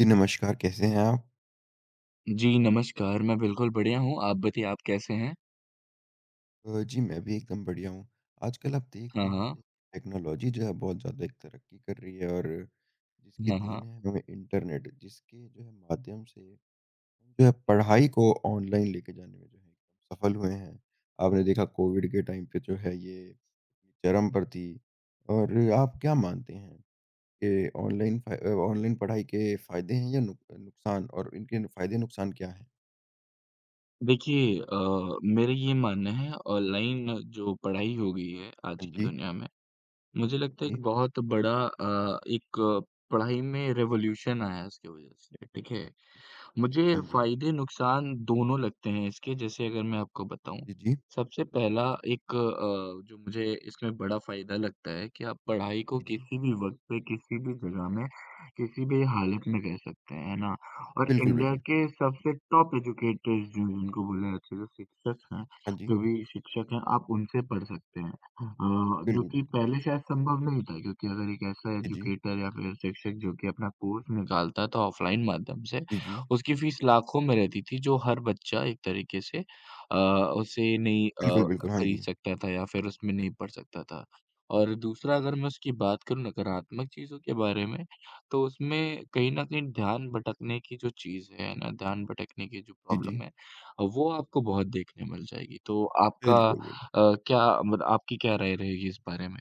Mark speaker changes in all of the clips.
Speaker 1: जी, नमस्कार कैसे हैं आप?
Speaker 2: जी, नमस्कार, मैं बिल्कुल बढ़िया हूँ, आप बताइए आप कैसे हैं?
Speaker 1: जी, मैं भी एकदम बढ़िया हूँ। आजकल आप देख
Speaker 2: हाँ,
Speaker 1: रहे हैं,
Speaker 2: हाँ।
Speaker 1: जैसे टेक्नोलॉजी जो है बहुत ज़्यादा एक तरक्की कर रही है और जिसकी
Speaker 2: हाँ,
Speaker 1: देन
Speaker 2: हाँ।
Speaker 1: है हमें इंटरनेट, जिसके जो है माध्यम से हम जो है पढ़ाई को ऑनलाइन लेके जाने में जो है एकदम सफल हुए हैं। आपने देखा कोविड के टाइम पे जो है ये अपनी चरम पर थी और आप क्या मानते हैं कि ऑनलाइन पढ़ाई के फ़ायदे हैं या नुकसान और इनके फ़ायदे-नुकसान क्या हैं?
Speaker 2: देखिए मेरा ये मानना है ऑनलाइन जो पढ़ाई हो गई है आज
Speaker 1: हाँ
Speaker 2: की
Speaker 1: जी,
Speaker 2: दुनिया में, मुझे लगता है एक
Speaker 1: जी।
Speaker 2: बहुत बड़ा एक पढ़ाई में रिवॉल्यूशन आया है इसकी वज़ह से, ठीक है? मुझे
Speaker 1: हाँ जी।
Speaker 2: फ़ायदे नुकसान दोनों लगते हैं इसके जैसे अगर मैं आपको बताऊँ,
Speaker 1: जी, जी।
Speaker 2: सबसे पहला एक जो मुझे इसमें बड़ा फ़ायदा लगता है कि आप पढ़ाई को
Speaker 1: जी, जी।
Speaker 2: किसी भी वक़्त पे, किसी भी जगह में, किसी भी हालत में कर सकते हैं, है ना? और
Speaker 1: बिल्कुल,
Speaker 2: इंडिया
Speaker 1: बिल्कुल।
Speaker 2: के सबसे टॉप एजुकेटर्स जो जिनको बोला जाता है जो शिक्षक हैं,
Speaker 1: हाँ जी।
Speaker 2: जो भी शिक्षक हैं आप उनसे पढ़ सकते हैं। जो
Speaker 1: बिल्कुल,
Speaker 2: कि
Speaker 1: बिल्कुल।
Speaker 2: पहले शायद संभव नहीं था क्योंकि अगर एक ऐसा
Speaker 1: जी, जी।
Speaker 2: एजुकेटर या फिर शिक्षक जो कि अपना कोर्स निकालता था ऑफ़लाइन माध्यम से
Speaker 1: जी, जी।
Speaker 2: उसकी
Speaker 1: हाँ जी।
Speaker 2: फ़ीस लाखों में रहती थी, जो हर बच्चा एक तरीके से उसे नहीं
Speaker 1: बिल्कुल, बिल्कुल। हाँ
Speaker 2: खरीद
Speaker 1: जी।
Speaker 2: सकता था या फिर उसमें नहीं पढ़ सकता था। और दूसरा अगर मैं उसकी बात करूँ नकारात्मक चीज़ों के बारे में, तो उसमें कहीं न कहीं ध्यान भटकने की जो चीज़ है ना, ध्यान भटकने की जो
Speaker 1: जी, जी।
Speaker 2: प्रॉब्लम है, वो आपको बहुत देखने मिल जाएगी। तो आपका
Speaker 1: बिल्कुल, बिल्कुल।
Speaker 2: क्या मत आपकी क्या राय रहेगी इस बारे में?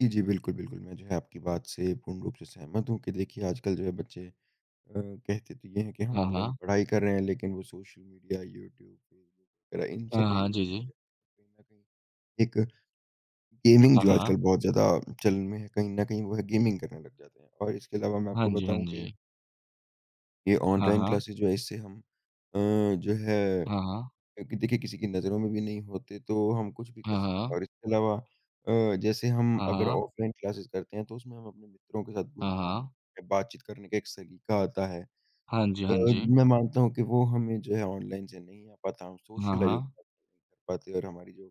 Speaker 1: जी, जी, बिल्कुल, बिल्कुल। मैं जो है आपकी बात से पूर्ण रूप से सहमत हूँ कि देखिए आजकल जो है बच्चे कहते तो ये हैं कि हम
Speaker 2: हाँ,
Speaker 1: ऑनलाइन
Speaker 2: हाँ।
Speaker 1: पढ़ाई कर रहे हैं लेकिन वो सोशल मीडिया, यूट्यूब, फेसबुक वगैरह इन
Speaker 2: हाँ,
Speaker 1: सब पे ही
Speaker 2: हाँ। जी,
Speaker 1: उलझे रह
Speaker 2: जी।
Speaker 1: जाते हैं। कहीं न कहीं एक गेमिंग
Speaker 2: हाँ,
Speaker 1: जो
Speaker 2: हाँ।
Speaker 1: आजकल बहुत ज़्यादा चलन में है, कहीं न कहीं वो है गेमिंग करने लग जाते हैं। और इसके अलावा मैं
Speaker 2: हाँ
Speaker 1: आपको
Speaker 2: जी, हाँ
Speaker 1: बताऊँ कि
Speaker 2: जी।
Speaker 1: ये
Speaker 2: हाँ,
Speaker 1: ऑनलाइन
Speaker 2: हाँ।
Speaker 1: क्लासेस जो है इससे हम अ, जो है
Speaker 2: हाँ, हाँ।
Speaker 1: क्योंकि देखिए किसी की नज़रों में भी नहीं होते, तो हम कुछ भी कर
Speaker 2: हाँ,
Speaker 1: सकते हैं
Speaker 2: हाँ।
Speaker 1: और इसके अलावा जैसे हम
Speaker 2: हाँ,
Speaker 1: अगर
Speaker 2: हाँ।
Speaker 1: ऑफ़लाइन क्लासेस करते हैं, तो उसमें हम अपने मित्रों के साथ
Speaker 2: हाँ,
Speaker 1: घुलते
Speaker 2: हाँ।
Speaker 1: मिलते हैं, बातचीत करने का एक सलीका आता है।
Speaker 2: हाँ जी,
Speaker 1: अ,
Speaker 2: हाँ जी।
Speaker 1: मैं मानता हूँ कि वो हमें जो है ऑनलाइन से नहीं आ पाता, हम
Speaker 2: हाँ,
Speaker 1: सोशलाइज़
Speaker 2: हाँ।
Speaker 1: उतना नहीं कर पाते और हमारी जो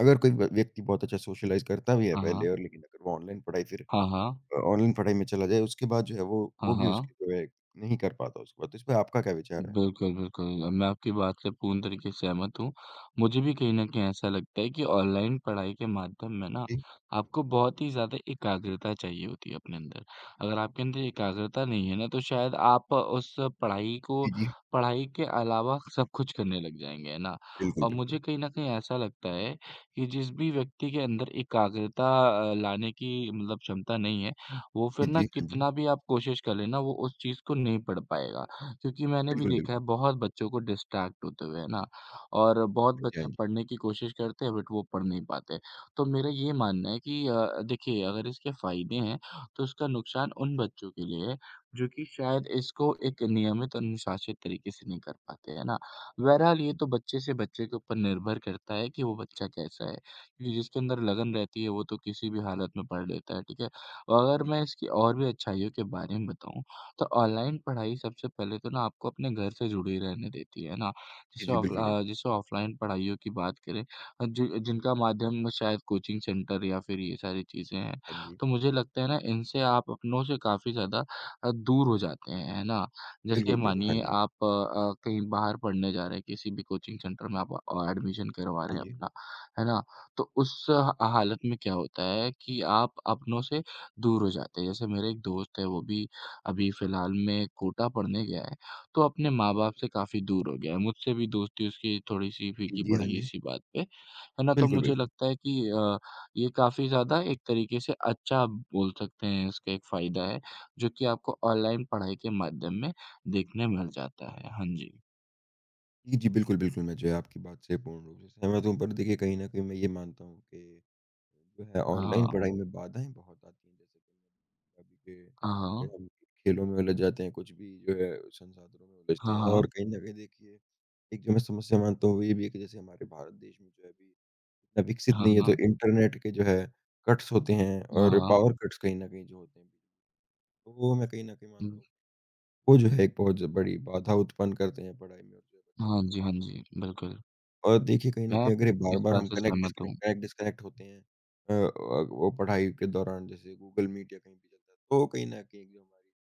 Speaker 1: अगर कोई व व्यक्ति बहुत अच्छा सोशलाइज़ करता भी है
Speaker 2: हाँ,
Speaker 1: पहले
Speaker 2: हाँ।
Speaker 1: और लेकिन अगर वो ऑनलाइन पढ़ाई फिर
Speaker 2: हाँ, हाँ।
Speaker 1: ऑनलाइन पढ़ाई में चला जाए, उसके बाद जो है वो
Speaker 2: हाँ,
Speaker 1: वो भी
Speaker 2: हाँ।
Speaker 1: उसकी जो है नहीं कर पाता उसके बाद। तो इस पे आपका क्या विचार है?
Speaker 2: बिल्कुल, बिल्कुल। मैं आपकी बात से पूर्ण तरीके से सहमत हूँ। मुझे भी कहीं न कहीं ऐसा लगता है कि ऑनलाइन पढ़ाई के माध्यम में ना
Speaker 1: जी,
Speaker 2: आपको बहुत ही ज़्यादा एकाग्रता चाहिए होती है अपने अंदर। अगर आपके अंदर एकाग्रता नहीं है ना तो शायद आप उस पढ़ाई को
Speaker 1: जी, जी।
Speaker 2: पढ़ाई के अलावा सब कुछ करने लग जाएँगे, है ना?
Speaker 1: बिल्कुल,
Speaker 2: और
Speaker 1: बिल्कुल।
Speaker 2: मुझे कहीं न कहीं ऐसा लगता है कि जिस भी व्यक्ति के अंदर एकाग्रता लाने की मतलब क्षमता नहीं है, वो
Speaker 1: जी,
Speaker 2: फिर ना
Speaker 1: जी। हाँ जी।
Speaker 2: कितना भी आप कोशिश कर लें ना, वो उस चीज़ को नहीं पढ़ पाएगा। क्योंकि मैंने भी
Speaker 1: बिल्कुल,
Speaker 2: देखा है
Speaker 1: बिल्कुल।
Speaker 2: बहुत बच्चों को डिस्ट्रैक्ट होते हुए, है ना? और बहुत
Speaker 1: हाँ जी, हाँ
Speaker 2: बच्चे
Speaker 1: जी।
Speaker 2: पढ़ने की कोशिश करते हैं बट वो पढ़ नहीं पाते। तो मेरा ये मानना है कि देखिए अगर इसके फ़ायदे हैं, तो इसका नुकसान उन बच्चों के लिए है, जो कि शायद इसको एक नियमित और अनुशासित तरीके से नहीं कर पाते, है ना? बहरहाल ये
Speaker 1: जी,
Speaker 2: तो बच्चे से बच्चे के ऊपर निर्भर करता है कि वो बच्चा कैसा है, क्योंकि जिसके अंदर लगन रहती है वो तो किसी भी हालत में पढ़ लेता है, ठीक है? और अगर
Speaker 1: जी,
Speaker 2: मैं
Speaker 1: जी।
Speaker 2: इसकी और भी अच्छाइयों के बारे में बताऊँ, तो ऑनलाइन पढ़ाई सबसे पहले तो ना आपको अपने घर से जुड़ी रहने देती है ना,
Speaker 1: जी,
Speaker 2: जैसे
Speaker 1: जी, बिल्कुल, बिल्कुल।
Speaker 2: जैसे ऑफलाइन पढ़ाइयों की बात करें अ, जि जिनका माध्यम शायद कोचिंग सेंटर या फिर ये सारी चीज़ें हैं।
Speaker 1: हाँ जी।
Speaker 2: तो मुझे लगता है ना इनसे आप अपनों से काफ़ी ज़्यादा दूर हो जाते हैं, है ना? जैसे
Speaker 1: बिल्कुल, बिल्कुल। हाँ
Speaker 2: मानिए
Speaker 1: जी।
Speaker 2: आप कहीं बाहर पढ़ने जा रहे हैं, किसी भी कोचिंग सेंटर में आप एडमिशन करवा रहे
Speaker 1: हाँ
Speaker 2: हैं
Speaker 1: जी।
Speaker 2: अपना, है ना? तो उस हालत में क्या होता है कि आप अपनों से दूर हो जाते हैं। जैसे मेरे एक दोस्त है वो भी अभी फ़िलहाल में कोटा पढ़ने गया है, तो अपने माँ-बाप से काफ़ी दूर हो गया है। मुझसे भी दोस्ती उसकी थोड़ी-सी
Speaker 1: जी,
Speaker 2: फीकी
Speaker 1: जी,
Speaker 2: पड़
Speaker 1: हाँ
Speaker 2: गई
Speaker 1: जी।
Speaker 2: इसी बात पे, है ना? तो
Speaker 1: बिल्कुल,
Speaker 2: मुझे
Speaker 1: बिल्कुल।
Speaker 2: लगता है कि ये काफ़ी ज़्यादा एक तरीके से अच्छा बोल सकते हैं इसका एक फ़ायदा है, जो कि आपको ऑनलाइन पढ़ाई के माध्यम में देखने मिल जाता है। हाँ जी।
Speaker 1: जी, जी, बिल्कुल, बिल्कुल, मैं जो है आपकी बात से पूर्ण रूप से सहमत हूँ। पर देखिए कहीं न कहीं मैं ये मानता हूँ कि जो है
Speaker 2: हाँ,
Speaker 1: ऑनलाइन
Speaker 2: हाँ।
Speaker 1: पढ़ाई में बाधाएँ बहुत आती हैं। जैसे कि अभी के हम खेलों में उलझ जाते हैं, कुछ भी जो है संसाधनों में उलझते
Speaker 2: हाँ,
Speaker 1: हैं और
Speaker 2: हाँ।
Speaker 1: कहीं न कहीं देखिए एक जो मैं समस्या मानता हूँ वो ये भी है कि जैसे हमारे भारत देश में जो है अभी इतना विकसित
Speaker 2: हाँ, हाँ।
Speaker 1: नहीं है
Speaker 2: हाँ,
Speaker 1: तो
Speaker 2: हाँ।
Speaker 1: इंटरनेट के जो है कट्स होते हैं
Speaker 2: हाँ,
Speaker 1: और
Speaker 2: हाँ।
Speaker 1: पावर कट्स कहीं न कहीं जो होते हैं। तो वो मैं कहीं न कहीं मानता
Speaker 2: हुँ,
Speaker 1: हूँ। वो जो है एक बहुत ज बड़ी बाधा उत्पन्न करते हैं पढ़ाई में और जो बच्चा
Speaker 2: हाँ
Speaker 1: ढंग से
Speaker 2: जी, हाँ
Speaker 1: पढ़-
Speaker 2: जी, बिल्कुल।
Speaker 1: और देखिए कहीं न
Speaker 2: मैं
Speaker 1: कहीं अगर ये
Speaker 2: इस
Speaker 1: बार-बार
Speaker 2: बात
Speaker 1: हम
Speaker 2: से सहमत हूँ।
Speaker 1: कनेक्ट डिस्कनेक्ट होते हैं व वो पढ़ाई के दौरान जैसे गूगल मीट या कहीं भी चलता है, तो कहीं न कहीं जो हमारी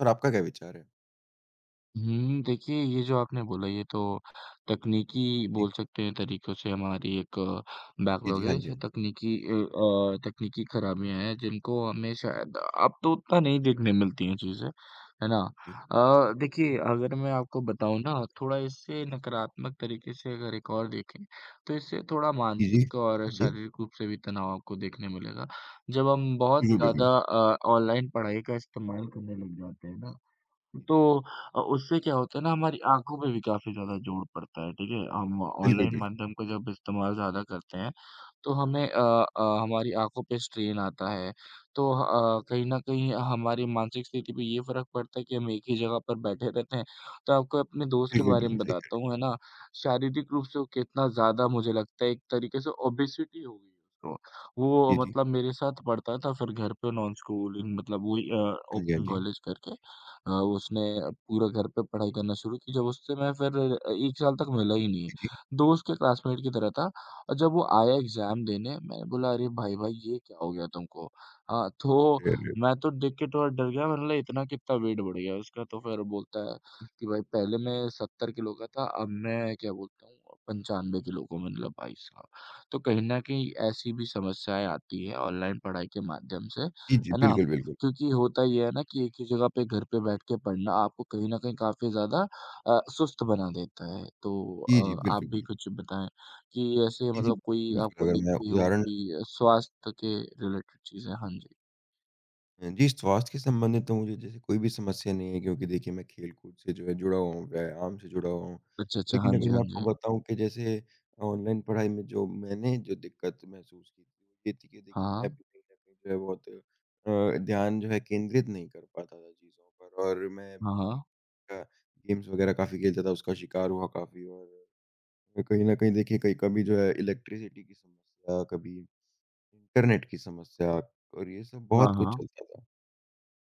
Speaker 1: और आपका क्या विचार है?
Speaker 2: देखिए ये जो आपने बोला ये तो तकनीकी
Speaker 1: जी,
Speaker 2: बोल सकते हैं तरीकों से हमारी एक
Speaker 1: जी, जी।
Speaker 2: बैकलॉग है
Speaker 1: हाँ जी,
Speaker 2: जैसे
Speaker 1: हाँ
Speaker 2: तकनीकी खराबियाँ हैं जिनको हमें शायद अब तो उतना नहीं देखने मिलती हैं चीज़ें, है ना?
Speaker 1: जी।
Speaker 2: देखिए अगर मैं आपको बताऊँ ना थोड़ा इससे नकारात्मक तरीके से अगर एक और देखें, तो इससे थोड़ा
Speaker 1: जी, जी।
Speaker 2: मानसिक और
Speaker 1: हाँ जी।
Speaker 2: शारीरिक रूप से भी तनाव आपको देखने मिलेगा। जब हम बहुत
Speaker 1: बिल्कुल, बिल्कुल।
Speaker 2: ज़्यादा ऑनलाइन पढ़ाई का इस्तेमाल करने लग जाते हैं ना, तो उससे क्या होता है ना हमारी आँखों पे भी काफ़ी ज़्यादा जोर पड़ता है, ठीक है? हम
Speaker 1: जी, जी। बिल्कुल,
Speaker 2: ऑनलाइन
Speaker 1: बिल्कुल।
Speaker 2: माध्यम का जब इस्तेमाल ज़्यादा करते हैं, तो हमें हमारी आँखों पे स्ट्रेन आता है। तो कहीं न कहीं हमारी मानसिक स्थिति पे ये फ़र्क पड़ता है कि हम एक ही जगह पर बैठे रहते हैं। तो आपको अपने दोस्त के
Speaker 1: बिल्कुल,
Speaker 2: बारे
Speaker 1: बिल्कुल
Speaker 2: में
Speaker 1: सही कह रहे
Speaker 2: बताता
Speaker 1: हैं।
Speaker 2: हूँ, है ना? शारीरिक रूप से वो कितना ज़्यादा मुझे लगता है एक तरीके से ओबेसिटी हो गई है उसको। वो
Speaker 1: जी, जी।
Speaker 2: मतलब मेरे साथ पढ़ता था फिर घर पे नॉन स्कूलिंग मतलब वही
Speaker 1: हाँ जी, हाँ
Speaker 2: ओपन
Speaker 1: जी।
Speaker 2: कॉलेज करके। उसने पूरा घर पे पढ़ाई करना शुरू की, जब उससे मैं फिर 1 साल तक मिला ही नहीं।
Speaker 1: जी, जी।
Speaker 2: दोस्त के क्लासमेट की तरह था और जब वो आया एग्ज़ाम देने, मैंने बोला, "अरे भाई, भाई ये क्या हो गया तुमको?" हाँ, तो
Speaker 1: रे- रे-
Speaker 2: मैं तो देख के थोड़ा डर गया, मैंने बोला इतना कितना वेट बढ़ गया उसका? तो फिर बोलता है कि, "भाई पहले मैं 70 किलो का था, अब मैं क्या बोलता हूँ 95 किलो का हूँ।" मैंने बोला, "भाई साहब!" तो कहीं न कहीं ऐसी भी समस्याएँ आती हैं ऑनलाइन पढ़ाई के माध्यम से,
Speaker 1: जी, जी।
Speaker 2: है ना?
Speaker 1: बिल्कुल, बिल्कुल।
Speaker 2: क्योंकि होता ये है ना कि एक ही जगह पे घर पे बैठ के पढ़ना आपको कहीं न कहीं काफ़ी ज़्यादा सुस्त बना देता है। तो
Speaker 1: जी, जी।
Speaker 2: आप
Speaker 1: बिल्कुल,
Speaker 2: भी
Speaker 1: बिल्कुल।
Speaker 2: कुछ बताएँ कि ऐसे
Speaker 1: जी, जी।
Speaker 2: मतलब कोई
Speaker 1: बिल्कुल,
Speaker 2: आपको
Speaker 1: अगर मैं
Speaker 2: दिखती हो
Speaker 1: उदाहरण
Speaker 2: कि स्वास्थ्य के रिलेटेड चीज़ें? हाँ जी।
Speaker 1: जी, स्वास्थ्य के संबंधित तो मुझे जैसे कोई भी समस्या नहीं है क्योंकि देखिए मैं खेल-कूद से जो है जुड़ा हुआ हूँ, व्यायाम से जुड़ा हुआ हूँ।
Speaker 2: अच्छा, अच्छा। हाँ
Speaker 1: लेकिन अगर
Speaker 2: जी,
Speaker 1: मैं
Speaker 2: हाँ
Speaker 1: आपको
Speaker 2: जी।
Speaker 1: बताऊँ कि जैसे ऑनलाइन पढ़ाई में जो मैंने जो दिक्कत महसूस की थी, वो ये थी कि देखिए मैं
Speaker 2: हाँ,
Speaker 1: भी कहीं न कहीं जो है बहुत ध्यान जो है केंद्रित नहीं कर पाता था चीज़ों पर और मैं
Speaker 2: हाँ,
Speaker 1: भी
Speaker 2: हाँ।
Speaker 1: अ, गेम्स वगैरह काफ़ी खेलता था, उसका शिकार हुआ काफ़ी और कहीं न कहीं देखिए कहीं कभी जो है इलेक्ट्रिसिटी की समस्या, कभी इंटरनेट की समस्या और ये सब बहुत
Speaker 2: हाँ,
Speaker 1: कुछ
Speaker 2: हाँ।
Speaker 1: चलता था।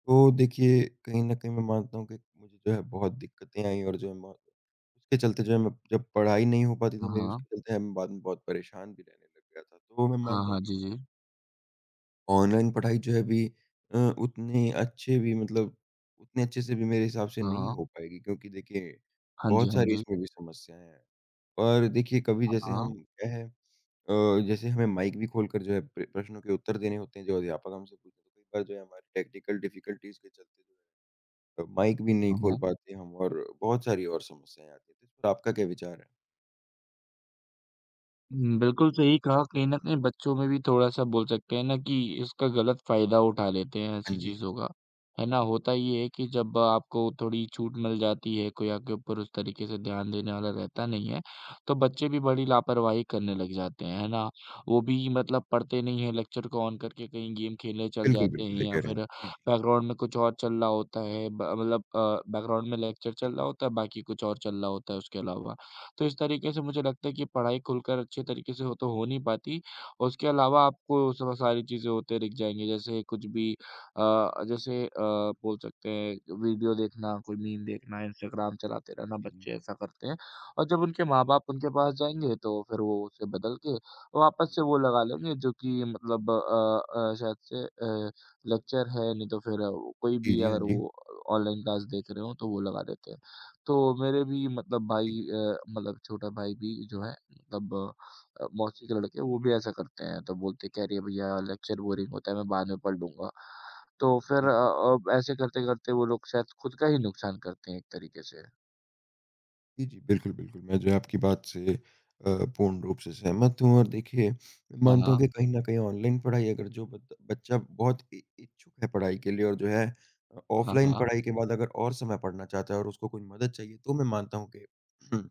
Speaker 1: तो देखिए, कहीं न कहीं मैं मानता हूँ कि मुझे जो है बहुत दिक्कतें आईं और जो है म उसके चलते जो है मैं जब पढ़ाई नहीं हो पाती थी
Speaker 2: हाँ,
Speaker 1: मेरी
Speaker 2: हाँ।
Speaker 1: उसके चलते है मैं बाद में बहुत परेशान भी रहने लग गया था। तो मैं
Speaker 2: हाँ, हाँ।
Speaker 1: मानता हूँ
Speaker 2: हाँ।
Speaker 1: कि
Speaker 2: जी, जी।
Speaker 1: ऑनलाइन पढ़ाई जो है अभी उतने अच्छे भी मतलब उतने अच्छे से भी मेरे हिसाब से
Speaker 2: हाँ,
Speaker 1: नहीं
Speaker 2: हाँ।
Speaker 1: हो पाएगी क्योंकि देखिए
Speaker 2: हाँ जी,
Speaker 1: बहुत
Speaker 2: हाँ
Speaker 1: सारी
Speaker 2: जी।
Speaker 1: इसमें भी समस्याएँ हैं। और देखिए कभी
Speaker 2: हाँ,
Speaker 1: जैसे हम
Speaker 2: हाँ।
Speaker 1: क्या है जैसे हमें माइक भी खोलकर जो है प्रश्नों के उत्तर देने होते हैं जो अध्यापक हमसे पूछते हैं, तो कई बार जो है हमारी टेक्निकल डिफ़िकल्टीज़ के चलते जो है माइक भी नहीं
Speaker 2: हाँ,
Speaker 1: खोल
Speaker 2: हाँ।
Speaker 1: पाते हम और बहुत सारी और समस्याएँ आती हैं, तो इस पर आपका क्या विचार है?
Speaker 2: हुँ, बिल्कुल सही कहा। कहीं न कहीं बच्चों में भी थोड़ा-सा बोल सकते हैं ना कि इसका गलत फ़ायदा उठा लेते हैं
Speaker 1: हाँ
Speaker 2: ऐसी
Speaker 1: जी।
Speaker 2: चीज़ों का, है ना? होता ये है कि जब आपको थोड़ी छूट मिल जाती है, कोई आपके ऊपर उस तरीके से ध्यान देने वाला रहता नहीं है, तो बच्चे भी बड़ी लापरवाही करने लग जाते हैं, है ना? वो भी मतलब पढ़ते नहीं हैं, लेक्चर को ऑन करके कहीं गेम खेलने चल
Speaker 1: बिल्कुल,
Speaker 2: जाते
Speaker 1: बिल्कुल
Speaker 2: हैं
Speaker 1: सही
Speaker 2: या
Speaker 1: कह रहे हैं
Speaker 2: फिर
Speaker 1: आप। जी, जी,
Speaker 2: बैकग्राउंड में कुछ और चल रहा होता है, ब मतलब अ, बैकग्राउंड में लेक्चर
Speaker 1: जी,
Speaker 2: चल रहा
Speaker 1: जी,
Speaker 2: होता है, बाकी कुछ और चल रहा होता है उसके अलावा। तो इस तरीके से मुझे लगता है कि पढ़ाई खुलकर अच्छे तरीके से हो तो हो नहीं पाती। और उसके अलावा आपको स सारी चीज़ें होते दिख जाएँगी जैसे कुछ भी बोल सकते हैं वीडियो देखना, कोई मीम देखना, इंस्टाग्राम चलाते रहना,
Speaker 1: जी,
Speaker 2: बच्चे ऐसा करते हैं। और जब उनके माँ-बाप उनके पास जाएँगे तो फिर वो उसे बदल के
Speaker 1: जी,
Speaker 2: वापस से वो लगा लेंगे जो कि मतलब शायद से लेक्चर है नहीं तो फिर कोई
Speaker 1: जी,
Speaker 2: भी
Speaker 1: जी, हाँ
Speaker 2: अगर
Speaker 1: जी।
Speaker 2: वो ऑनलाइन क्लास देख रहे हों तो वो लगा देते हैं। तो मेरे भी मतलब
Speaker 1: जी,
Speaker 2: भाई मतलब छोटा भाई भी जो है मतलब मौसी के लड़के वो भी ऐसा करते हैं। तो बोलते कह रही है भैया लेक्चर बोरिंग होता है मैं बाद में पढ़ लूँगा। तो फिर
Speaker 1: जी,
Speaker 2: ऐसे करते-करते वो लोग शायद खुद का ही नुकसान करते हैं एक तरीके से।
Speaker 1: जी, जी, बिल्कुल, बिल्कुल। मैं जो है आपकी बात से अ, पूर्ण रूप से सहमत हूँ और देखिए, मैं
Speaker 2: हाँ,
Speaker 1: मानता हूँ कि
Speaker 2: हाँ।
Speaker 1: कहीं न कहीं ऑनलाइन पढ़ाई अगर जो बत बच्चा बहुत इ इच्छुक है पढ़ाई के लिए और जो है
Speaker 2: हाँ,
Speaker 1: ऑफ़लाइन
Speaker 2: हाँ।
Speaker 1: पढ़ाई के बाद अगर और समय पढ़ना चाहता है और उसको कोई मदद चाहिए, तो मैं मानता हूँ कि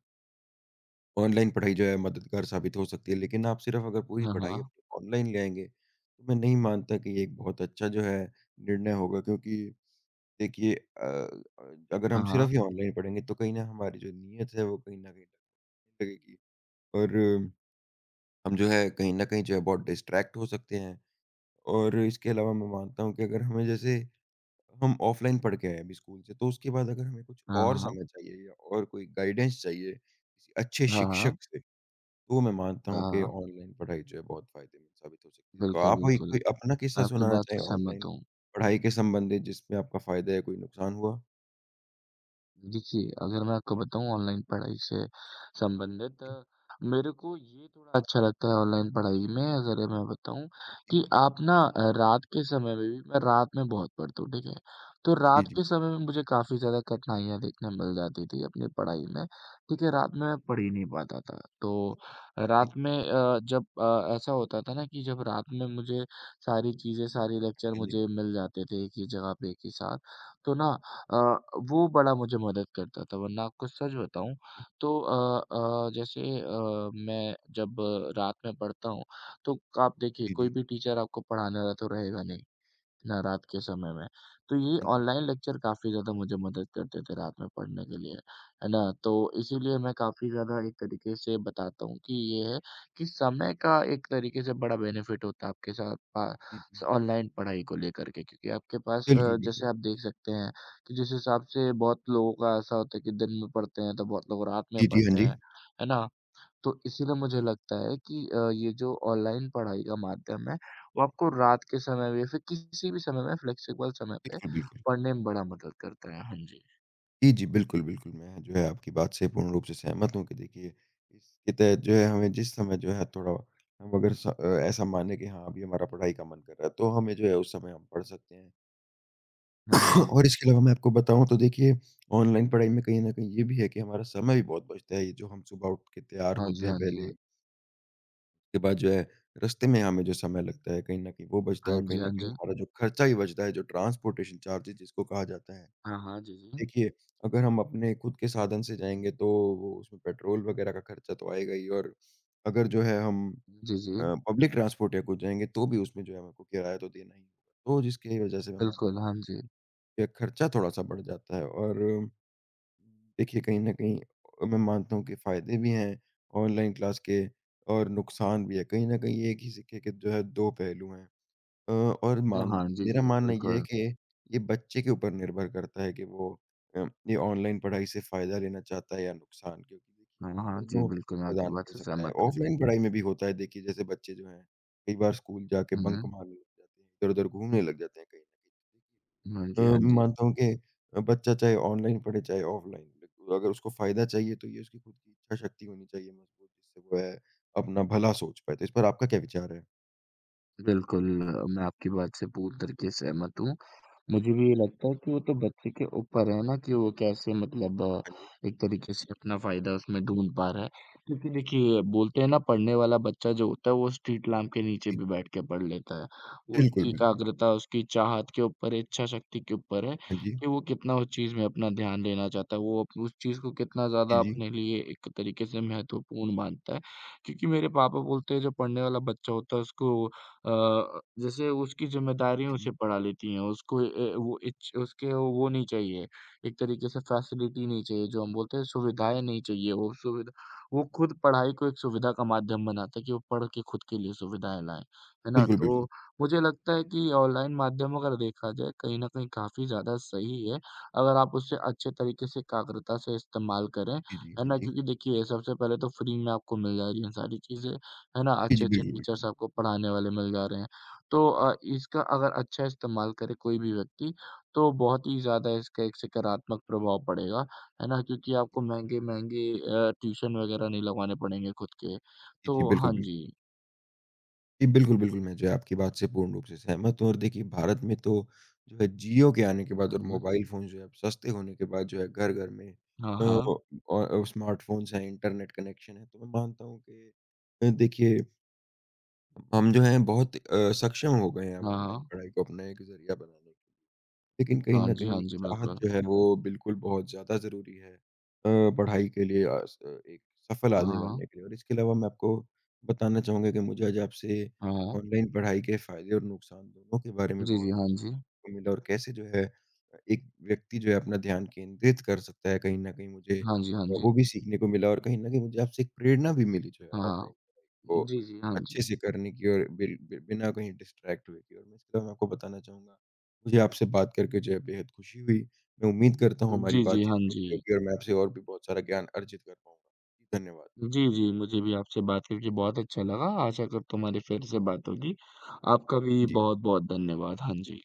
Speaker 1: ऑनलाइन पढ़ाई जो है मददगार साबित हो सकती है, लेकिन आप सिर्फ़ अगर पूरी
Speaker 2: हाँ,
Speaker 1: पढ़ाई
Speaker 2: हाँ।
Speaker 1: अपनी ऑनलाइन ले आएँगे, तो मैं नहीं मानता कि ये एक बहुत अच्छा जो है निर्णय होगा क्योंकि देखिए अगर
Speaker 2: हाँ,
Speaker 1: हम सिर्फ़
Speaker 2: हाँ।
Speaker 1: ही ऑनलाइन पढ़ेंगे तो कहीं ना हमारी जो नीयत है वो कहीं न कहीं लगेगी और हम जो है कहीं न कहीं जो है बहुत डिस्ट्रैक्ट हो सकते हैं और इसके अलावा मैं मानता हूँ कि अगर हमें जैसे हम ऑफलाइन पढ़ के आए अभी स्कूल से, तो उसके बाद अगर हमें कुछ
Speaker 2: हाँ,
Speaker 1: और
Speaker 2: हाँ।
Speaker 1: समझ चाहिए या और कोई गाइडेंस चाहिए, किसी अच्छे
Speaker 2: हाँ,
Speaker 1: शिक्षक
Speaker 2: हाँ।
Speaker 1: से तो मैं मानता
Speaker 2: हाँ,
Speaker 1: हूँ कि
Speaker 2: हाँ।
Speaker 1: ऑनलाइन पढ़ाई जो है बहुत फ़ायदेमंद साबित हो सकती है। तो
Speaker 2: बिल्कुल,
Speaker 1: आप कोई
Speaker 2: बिल्कुल।
Speaker 1: कोई
Speaker 2: मैं
Speaker 1: अपना किस्सा
Speaker 2: आपकी
Speaker 1: सुनाना
Speaker 2: बात से
Speaker 1: चाहें
Speaker 2: सहमत
Speaker 1: ऑनलाइन
Speaker 2: हूँ।
Speaker 1: पढ़ाई के संबंधित जिसमें आपका फ़ायदा या कोई नुकसान हुआ?
Speaker 2: देखिए, अगर मैं आपको बताऊँ ऑनलाइन पढ़ाई से संबंधित
Speaker 1: जी,
Speaker 2: मेरे को ये थोड़ा अच्छा लगता है ऑनलाइन पढ़ाई में अगर मैं बताऊँ
Speaker 1: जी, जी,
Speaker 2: कि आप ना रात के समय में भी मैं रात में बहुत पढ़ता हूँ, ठीक है? तो
Speaker 1: जी,
Speaker 2: रात
Speaker 1: जी, हाँ
Speaker 2: के समय में मुझे काफ़ी ज़्यादा कठिनाइयाँ देखने मिल जाती थी अपनी पढ़ाई में, ठीक है? रात में मैं पढ़ ही नहीं पाता था। तो रात में जब ऐसा होता था ना कि जब रात में मुझे सारी चीज़ें, सारे लेक्चर
Speaker 1: जी,
Speaker 2: मुझे मिल जाते थे एक ही जगह पे एक ही साथ। तो ना अ, वो बड़ा मुझे मदद करता था वरना आपको सच बताऊँ तो मैं जब रात में पढ़ता हूँ तो आप देखिए
Speaker 1: जी, जी,
Speaker 2: कोई
Speaker 1: जी,
Speaker 2: भी टीचर आपको पढ़ाने वाला तो रहेगा नहीं। ना रात के समय में। तो ये
Speaker 1: हाँ जी, जी,
Speaker 2: ऑनलाइन लेक्चर काफ़ी ज़्यादा मुझे मदद करते थे रात में पढ़ने के लिए, है ना? तो इसीलिए मैं काफ़ी ज़्यादा एक तरीके से बताता हूँ कि ये है कि समय का एक तरीके से बड़ा बेनिफिट होता है आपके साथ पा
Speaker 1: जी, हाँ
Speaker 2: स
Speaker 1: जी।
Speaker 2: ऑनलाइन पढ़ाई को लेकर के क्योंकि आपके पास
Speaker 1: बिल्कुल, बिल्कुल।
Speaker 2: जैसे आप देख सकते हैं कि जिस हिसाब से बहुत लोगों का ऐसा होता है कि दिन में पढ़ते हैं तो बहुत लोग रात में
Speaker 1: जी, जी, हाँ
Speaker 2: पढ़ते
Speaker 1: जी।
Speaker 2: हैं, है ना? तो इसीलिए मुझे लगता है कि ये जो ऑनलाइन पढ़ाई का माध्यम है, वो आपको रात के समय में या फिर किसी भी समय में फ्लेक्सिबल समय पे
Speaker 1: बिल्कुल, बिल्कुल।
Speaker 2: पढ़ने में बड़ा मदद करता है। हाँ जी।
Speaker 1: जी, जी, बिल्कुल, बिल्कुल। मैं जो है आपकी बात से पूर्ण रूप से सहमत हूँ कि देखिए, इसके तहत जो है हमें जिस समय जो है थोड़ा हम अगर ऐसा माने कि हाँ, अभी हमारा पढ़ाई का मन कर रहा है, तो हमें जो है उस समय हम पढ़ सकते हैं।
Speaker 2: हाँ, हाँ।
Speaker 1: और इसके अलावा मैं आपको बताऊँ तो देखिए, ऑनलाइन पढ़ाई में कहीं न कहीं ये भी है कि हमारा समय भी बहुत बचता है। ये जो हम सुबह उठ के तैयार
Speaker 2: हाँ जी,
Speaker 1: होते हैं
Speaker 2: हाँ जी।
Speaker 1: पहले, उसके बाद जो है रास्ते में हमें जो समय लगता है, कहीं न कहीं वो बचता है
Speaker 2: हाँ
Speaker 1: और कहीं
Speaker 2: जी,
Speaker 1: न
Speaker 2: हाँ
Speaker 1: कहीं
Speaker 2: जी।
Speaker 1: हमारा जो खर्चा भी बचता है, जो ट्रांसपोर्टेशन चार्जेज़ जिसको कहा जाता है।
Speaker 2: हाँ, हाँ। जी, जी।
Speaker 1: देखिए, अगर हम अपने खुद के साधन से जाएँगे तो वो उसमें पेट्रोल वगैरह का खर्चा तो आएगा ही और अगर जो है हम
Speaker 2: जी, जी।
Speaker 1: अ, पब्लिक ट्रांसपोर्ट या कुछ जाएँगे तो भी उसमें जो है हमको किराया तो देना ही होगा। तो जिसकी वजह से मैं मानता
Speaker 2: बिल्कुल,
Speaker 1: हूँ
Speaker 2: हाँ जी।
Speaker 1: कि खर्चा थोड़ा-सा बढ़ जाता है और देखिए कहीं न कहीं मैं मानता हूँ कि फ़ायदे भी हैं ऑनलाइन क्लास के और नुकसान भी है। कहीं न कहीं एक ही सिक्के के जो है 2 पहलू हैं। अ, और मान
Speaker 2: हाँ, जी, जी।
Speaker 1: मेरा मानना ये है
Speaker 2: बिल्कुल।
Speaker 1: कि ये बच्चे के ऊपर निर्भर करता है कि वो अ, ये ऑनलाइन पढ़ाई से फ़ायदा लेना चाहता है या नुकसान क्योंकि देखिए
Speaker 2: हाँ,
Speaker 1: ये
Speaker 2: हाँ। जी,
Speaker 1: दोनों
Speaker 2: बिल्कुल, मैं आपकी
Speaker 1: प्रदान
Speaker 2: बात
Speaker 1: कर
Speaker 2: से
Speaker 1: सकता है।
Speaker 2: सहमत हूँ।
Speaker 1: ऑफ़लाइन पढ़ाई में भी होता है देखिए जैसे बच्चे जो हैं, कई बार स्कूल जाके
Speaker 2: हुँ,
Speaker 1: बंक
Speaker 2: हुँ।
Speaker 1: मारने लग जाते हैं, इधर-उधर घूमने लग जाते हैं कहीं न कहीं।
Speaker 2: हाँ
Speaker 1: अ,
Speaker 2: जी, हाँ जी।
Speaker 1: मानता हूँ कि बच्चा चाहे ऑनलाइन पढ़े, चाहे ऑफ़लाइन, अगर उसको फ़ायदा चाहिए तो ये उसकी खुद की इच्छा शक्ति होनी चाहिए मज़बूत, जिससे वो है अपना भला सोच पाए। तो इस पर आपका क्या विचार है?
Speaker 2: बिल्कुल, मैं आपकी बात से पूर्ण तरीके से सहमत हूँ। मुझे भी ये लगता है कि वो तो बच्चे के ऊपर है ना कि वो कैसे मतलब
Speaker 1: हाँ जी।
Speaker 2: एक तरीके से अपना फ़ायदा उसमें ढूँढ पा रहा है। क्योंकि देखिए बोलते हैं ना पढ़ने वाला बच्चा जो होता है वो स्ट्रीट लैंप के नीचे
Speaker 1: जी।
Speaker 2: भी बैठ के पढ़ लेता है। वो
Speaker 1: बिल्कुल,
Speaker 2: उसकी
Speaker 1: बिल्कुल।
Speaker 2: एकाग्रता, उसकी चाहत के ऊपर है, इच्छा शक्ति के ऊपर है
Speaker 1: हाँ जी।
Speaker 2: कि वो कितना उस चीज़ में अपना ध्यान देना चाहता है। वो अप उस चीज़ को कितना
Speaker 1: जी,
Speaker 2: ज़्यादा
Speaker 1: जी।
Speaker 2: अपने लिए एक तरीके से महत्वपूर्ण मानता है। क्योंकि मेरे पापा बोलते हैं जो पढ़ने वाला बच्चा होता है उसको जैसे उसकी ज़िम्मेदारियाँ
Speaker 1: जी,
Speaker 2: उसे
Speaker 1: जी।
Speaker 2: पड़ा लेती हैं, उसको ए वो इच उसके वो नहीं चाहिए, एक तरीके से फैसिलिटी नहीं चाहिए, जो हम बोलते हैं
Speaker 1: जी, जी।
Speaker 2: सुविधाएँ नहीं चाहिए, वो सुविधा वो खुद पढ़ाई को एक सुविधा का माध्यम बनाता है कि वो पढ़ के खुद के लिए सुविधाएँ लाएँ, है ना?
Speaker 1: बिल्कुल, बिल्कुल।
Speaker 2: तो मुझे लगता है कि ऑनलाइन माध्यम अगर देखा जाए, कहीं न कहीं काफ़ी ज़्यादा सही है, अगर आप उसे अच्छे तरीके से एकाग्रता से इस्तेमाल करें,
Speaker 1: जी, जी।
Speaker 2: है
Speaker 1: हाँ
Speaker 2: ना?
Speaker 1: जी।
Speaker 2: क्योंकि देखिए सबसे पहले तो फ्री में आपको मिल जा रही हैं सारी चीज़ें। है ना?
Speaker 1: जी, जी।
Speaker 2: अच्छे-अच्छे
Speaker 1: बिल्कुल,
Speaker 2: टीचर्स
Speaker 1: बिल्कुल।
Speaker 2: आपको पढ़ाने वाले मिल जा रहे हैं। तो
Speaker 1: जी, जी।
Speaker 2: इसका अगर अच्छा इस्तेमाल करे कोई भी व्यक्ति, तो बहुत ही
Speaker 1: जी, जी।
Speaker 2: ज़्यादा इसका एक सकारात्मक प्रभाव पड़ेगा, है ना? क्योंकि आपको महँगे-महँगे ट्यूशन वगैरह नहीं लगवाने पड़ेंगे खुद के।
Speaker 1: जी,
Speaker 2: तो
Speaker 1: बिल्कुल,
Speaker 2: हाँ
Speaker 1: बिल्कुल।
Speaker 2: जी।
Speaker 1: जी, बिल्कुल, बिल्कुल, मैं जो है आपकी बात से पूर्ण रूप से सहमत हूँ और देखिए भारत में तो जो है जियो के आने के बाद
Speaker 2: हुँ,
Speaker 1: और
Speaker 2: हुँ।
Speaker 1: मोबाइल फ़ोन जो है अब सस्ते होने के बाद जो है घर-घर में
Speaker 2: हाँ,
Speaker 1: अ,
Speaker 2: हाँ।
Speaker 1: और स्मार्टफ़ोन्स हैं, इंटरनेट कनेक्शन है, तो मैं मानता हूँ कि देखिए हम जो हैं बहुत सक्षम हो गए हैं अब
Speaker 2: हाँ,
Speaker 1: ऑनलाइन
Speaker 2: हाँ।
Speaker 1: पढ़ाई को अपना एक ज़रिया बनाने के लिए। लेकिन कहीं
Speaker 2: हाँ
Speaker 1: न
Speaker 2: जी,
Speaker 1: कहीं
Speaker 2: हाँ
Speaker 1: एक
Speaker 2: जी,
Speaker 1: चाहत
Speaker 2: बिल्कुल।
Speaker 1: जो है वो बिल्कुल बहुत ज़्यादा ज़रूरी है पढ़ाई के लिए अ, स एक सफल
Speaker 2: हाँ,
Speaker 1: आदमी
Speaker 2: हाँ।
Speaker 1: बनने के लिए। और इसके अलावा मैं आपको बताना चाहूँगा कि मुझे आज आपसे
Speaker 2: हाँ, हाँ।
Speaker 1: ऑनलाइन पढ़ाई के फ़ायदे और नुकसान दोनों के बारे में
Speaker 2: जी,
Speaker 1: बहुत
Speaker 2: जी, हाँ जी।
Speaker 1: को मिला और कैसे जो है एक व्यक्ति जो है अपना ध्यान केंद्रित कर सकता है, कहीं न कहीं मुझे
Speaker 2: हाँ जी, हाँ जी।
Speaker 1: वो भी सीखने को मिला और कहीं न कहीं मुझे आपसे एक प्रेरणा भी मिली जो है
Speaker 2: हाँ,
Speaker 1: ऑनलाइन
Speaker 2: हाँ।
Speaker 1: पढ़ाई को
Speaker 2: जी, जी, हाँ जी।
Speaker 1: अच्छे से करने की और बिल बि बिना कहीं डिस्ट्रैक्ट हुए की और मैं इसके अलावा मैं आपको बताना चाहूँगा, मुझे आपसे बात करके जो है बेहद खुशी हुई। मैं उम्मीद करता हूँ हमारी
Speaker 2: जी, जी, हाँ
Speaker 1: बातचीत
Speaker 2: जी।
Speaker 1: होगी और मैं आपसे और भी बहुत सारा ज्ञान अर्जित कर पाऊँगा। धन्यवाद।
Speaker 2: जी, जी, मुझे भी आपसे बात करके बहुत अच्छा लगा। आशा करता हूँ हमारी फिर से बात होगी। आपका भी
Speaker 1: जी।
Speaker 2: बहुत-बहुत धन्यवाद। हाँ जी।